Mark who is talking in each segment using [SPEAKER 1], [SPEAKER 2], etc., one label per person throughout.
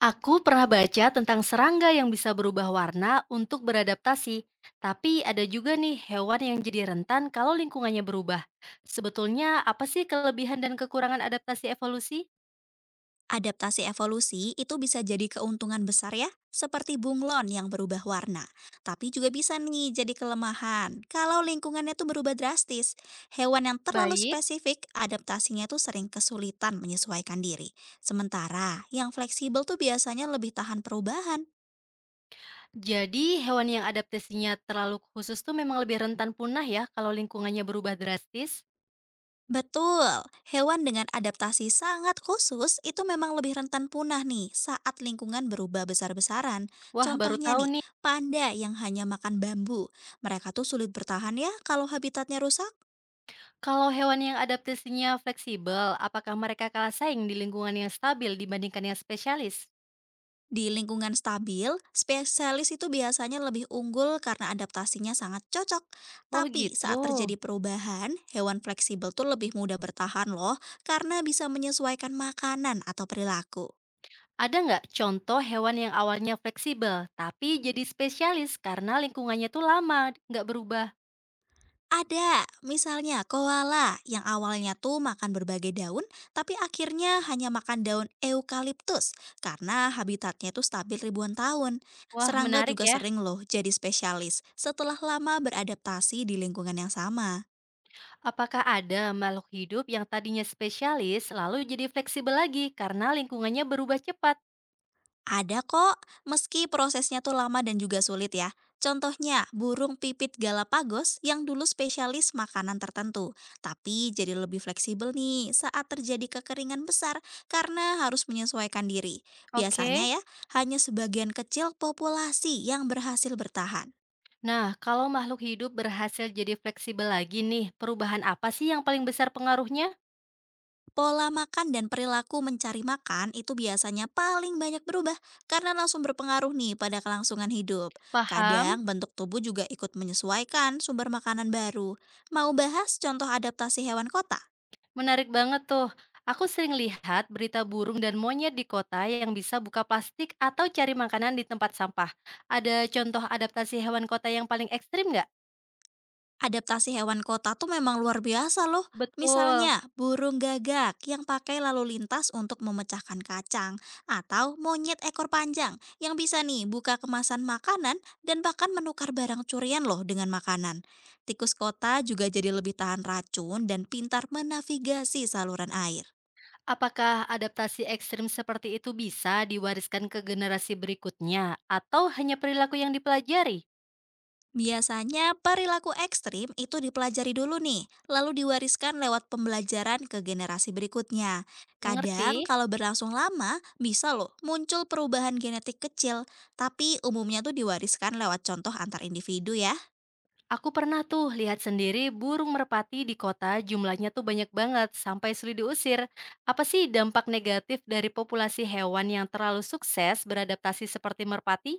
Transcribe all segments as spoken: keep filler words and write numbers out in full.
[SPEAKER 1] Aku pernah baca tentang serangga yang bisa berubah warna untuk beradaptasi, tapi ada juga nih hewan yang jadi rentan kalau lingkungannya berubah. Sebetulnya apa sih kelebihan dan kekurangan adaptasi evolusi?
[SPEAKER 2] Adaptasi evolusi itu bisa jadi keuntungan besar ya, seperti bunglon yang berubah warna. Tapi juga bisa nih jadi kelemahan. Kalau lingkungannya tuh berubah drastis, hewan yang terlalu
[SPEAKER 1] Baik,
[SPEAKER 2] spesifik adaptasinya tuh sering kesulitan menyesuaikan diri. Sementara yang fleksibel tuh biasanya lebih tahan perubahan.
[SPEAKER 1] jadi hewan yang adaptasinya terlalu khusus tuh memang lebih rentan punah ya kalau lingkungannya berubah drastis.
[SPEAKER 2] Betul, hewan dengan adaptasi sangat khusus itu memang lebih rentan punah nih saat lingkungan berubah besar-besaran.
[SPEAKER 1] Wah, baru
[SPEAKER 2] Contohnya
[SPEAKER 1] tahu
[SPEAKER 2] nih,
[SPEAKER 1] nih.
[SPEAKER 2] panda yang hanya makan bambu. Mereka tuh sulit bertahan ya kalau habitatnya rusak.
[SPEAKER 1] Kalau hewan yang adaptasinya fleksibel, apakah mereka kalah saing di lingkungan yang stabil dibandingkan yang spesialis?
[SPEAKER 2] Di lingkungan stabil, spesialis itu biasanya lebih unggul karena adaptasinya sangat cocok.
[SPEAKER 1] Oh
[SPEAKER 2] Tapi
[SPEAKER 1] gitu.
[SPEAKER 2] saat terjadi perubahan, hewan fleksibel tuh lebih mudah bertahan loh karena bisa menyesuaikan makanan atau perilaku.
[SPEAKER 1] Ada nggak contoh hewan yang awalnya fleksibel, tapi jadi spesialis karena lingkungannya tuh lama, nggak berubah?
[SPEAKER 2] Ada, misalnya koala yang awalnya tuh makan berbagai daun, tapi akhirnya hanya makan daun eukaliptus karena habitatnya tuh stabil ribuan tahun.
[SPEAKER 1] Wah,
[SPEAKER 2] Serangga
[SPEAKER 1] menarik
[SPEAKER 2] juga
[SPEAKER 1] ya.
[SPEAKER 2] sering loh jadi spesialis setelah lama beradaptasi di lingkungan yang sama.
[SPEAKER 1] Apakah ada makhluk hidup yang tadinya spesialis, lalu jadi fleksibel lagi karena lingkungannya berubah cepat?
[SPEAKER 2] Ada kok, meski prosesnya tuh lama dan juga sulit ya. Contohnya, burung pipit Galapagos yang dulu spesialis makanan tertentu, tapi jadi lebih fleksibel nih saat terjadi kekeringan besar karena harus menyesuaikan diri.
[SPEAKER 1] Oke.
[SPEAKER 2] Biasanya ya, hanya sebagian kecil populasi yang berhasil bertahan.
[SPEAKER 1] Nah, kalau makhluk hidup berhasil jadi fleksibel lagi nih, perubahan apa sih yang paling besar pengaruhnya?
[SPEAKER 2] Pola makan dan perilaku mencari makan itu biasanya paling banyak berubah karena langsung berpengaruh nih pada kelangsungan hidup.
[SPEAKER 1] Paham?
[SPEAKER 2] Kadang bentuk tubuh juga ikut menyesuaikan sumber makanan baru. Mau bahas contoh adaptasi hewan kota?
[SPEAKER 1] Menarik banget tuh. Aku sering lihat berita burung dan monyet di kota yang bisa buka plastik atau cari makanan di tempat sampah. Ada contoh adaptasi hewan kota yang paling ekstrim nggak?
[SPEAKER 2] Adaptasi hewan kota tuh memang luar biasa loh.
[SPEAKER 1] Betul.
[SPEAKER 2] Misalnya, burung gagak yang pakai lalu lintas untuk memecahkan kacang. Atau monyet ekor panjang yang bisa nih buka kemasan makanan dan bahkan menukar barang curian loh dengan makanan. Tikus kota juga jadi lebih tahan racun dan pintar menavigasi saluran air.
[SPEAKER 1] Apakah adaptasi ekstrim seperti itu bisa diwariskan ke generasi berikutnya atau hanya perilaku yang dipelajari?
[SPEAKER 2] Biasanya perilaku ekstrim itu dipelajari dulu nih, lalu diwariskan lewat pembelajaran ke generasi berikutnya. Kadang
[SPEAKER 1] Mengerti?
[SPEAKER 2] kalau berlangsung lama, bisa loh muncul perubahan genetik kecil, tapi umumnya tuh diwariskan lewat contoh antar individu ya.
[SPEAKER 1] Aku pernah tuh lihat sendiri burung merpati di kota jumlahnya tuh banyak banget sampai sulit diusir. Apa sih dampak negatif dari populasi hewan yang terlalu sukses beradaptasi seperti merpati?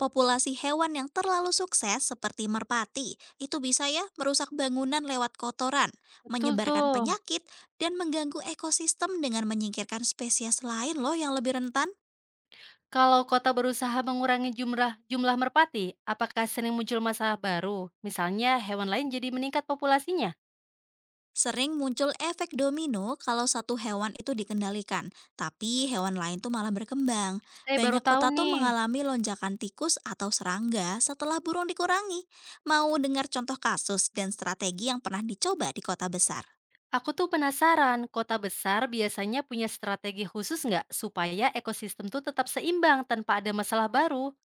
[SPEAKER 2] Populasi hewan yang terlalu sukses seperti merpati, itu bisa ya merusak bangunan lewat kotoran,
[SPEAKER 1] Betul
[SPEAKER 2] menyebarkan
[SPEAKER 1] tuh.
[SPEAKER 2] penyakit, dan mengganggu ekosistem dengan menyingkirkan spesies lain loh yang lebih rentan.
[SPEAKER 1] Kalau kota berusaha mengurangi jumlah jumlah merpati, apakah sering muncul masalah baru? Misalnya hewan lain jadi meningkat populasinya?
[SPEAKER 2] Sering muncul efek domino kalau satu hewan itu dikendalikan, tapi hewan lain tuh malah berkembang.
[SPEAKER 1] Saya baru
[SPEAKER 2] Banyak
[SPEAKER 1] tahu
[SPEAKER 2] kota tuh
[SPEAKER 1] nih.
[SPEAKER 2] mengalami lonjakan tikus atau serangga setelah burung dikurangi. Mau dengar contoh kasus dan strategi yang pernah dicoba di kota besar?
[SPEAKER 1] Aku tuh penasaran, kota besar biasanya punya strategi khusus nggak supaya ekosistem tuh tetap seimbang tanpa ada masalah baru?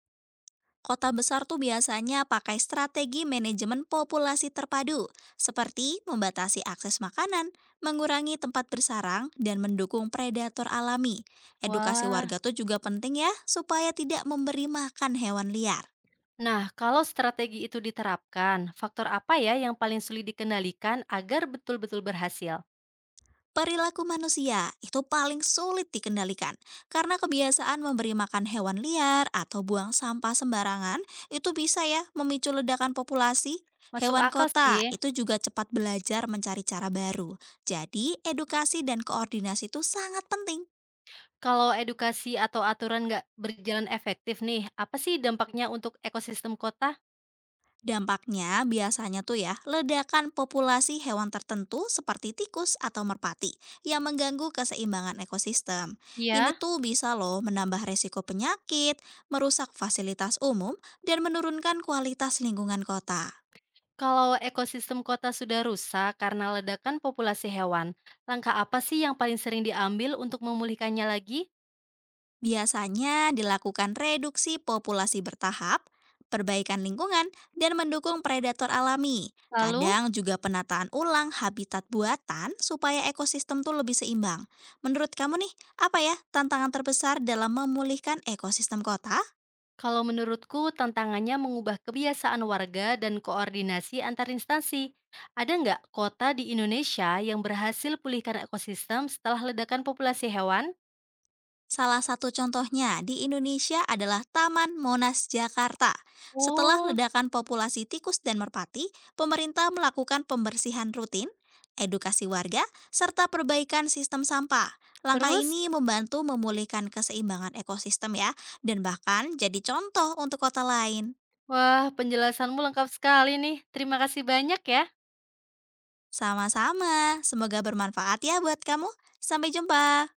[SPEAKER 2] Kota besar tuh biasanya pakai strategi manajemen populasi terpadu, seperti membatasi akses makanan, mengurangi tempat bersarang, dan mendukung predator alami. Edukasi
[SPEAKER 1] Wah,
[SPEAKER 2] warga tuh juga penting ya, supaya tidak memberi makan hewan liar.
[SPEAKER 1] nah kalau strategi itu diterapkan, faktor apa ya yang paling sulit dikendalikan agar betul-betul berhasil?
[SPEAKER 2] Perilaku manusia itu paling sulit dikendalikan karena kebiasaan memberi makan hewan liar atau buang sampah sembarangan itu bisa ya memicu ledakan populasi.
[SPEAKER 1] Masuk
[SPEAKER 2] Hewan
[SPEAKER 1] akal sih,
[SPEAKER 2] kota itu juga cepat belajar mencari cara baru. Jadi, edukasi dan koordinasi itu sangat penting.
[SPEAKER 1] kalau edukasi atau aturan nggak berjalan efektif nih, apa sih dampaknya untuk ekosistem kota?
[SPEAKER 2] Dampaknya biasanya tuh ya, ledakan populasi hewan tertentu seperti tikus atau merpati yang mengganggu keseimbangan ekosistem. Ini
[SPEAKER 1] Ya,
[SPEAKER 2] tuh bisa loh menambah resiko penyakit, merusak fasilitas umum, dan menurunkan kualitas lingkungan kota.
[SPEAKER 1] kalau ekosistem kota sudah rusak karena ledakan populasi hewan, langkah apa sih yang paling sering diambil untuk memulihkannya lagi?
[SPEAKER 2] Biasanya dilakukan reduksi populasi bertahap, perbaikan lingkungan, dan mendukung predator alami.
[SPEAKER 1] Lalu?
[SPEAKER 2] Kadang juga penataan ulang habitat buatan supaya ekosistem tuh lebih seimbang. Menurut kamu nih, apa ya tantangan terbesar dalam memulihkan ekosistem kota?
[SPEAKER 1] Kalau menurutku, tantangannya mengubah kebiasaan warga dan koordinasi antar instansi. Ada nggak kota di Indonesia yang berhasil pulihkan ekosistem setelah ledakan populasi hewan?
[SPEAKER 2] Salah satu contohnya di Indonesia adalah Taman Monas Jakarta. Setelah
[SPEAKER 1] Oh,
[SPEAKER 2] ledakan populasi tikus dan merpati, pemerintah melakukan pembersihan rutin, edukasi warga, serta perbaikan sistem sampah. Langkah
[SPEAKER 1] terus?
[SPEAKER 2] ini membantu memulihkan keseimbangan ekosistem ya, dan bahkan jadi contoh untuk kota lain.
[SPEAKER 1] Wah, penjelasanmu lengkap sekali nih. Terima kasih banyak ya.
[SPEAKER 2] Sama-sama, semoga bermanfaat ya buat kamu. Sampai jumpa.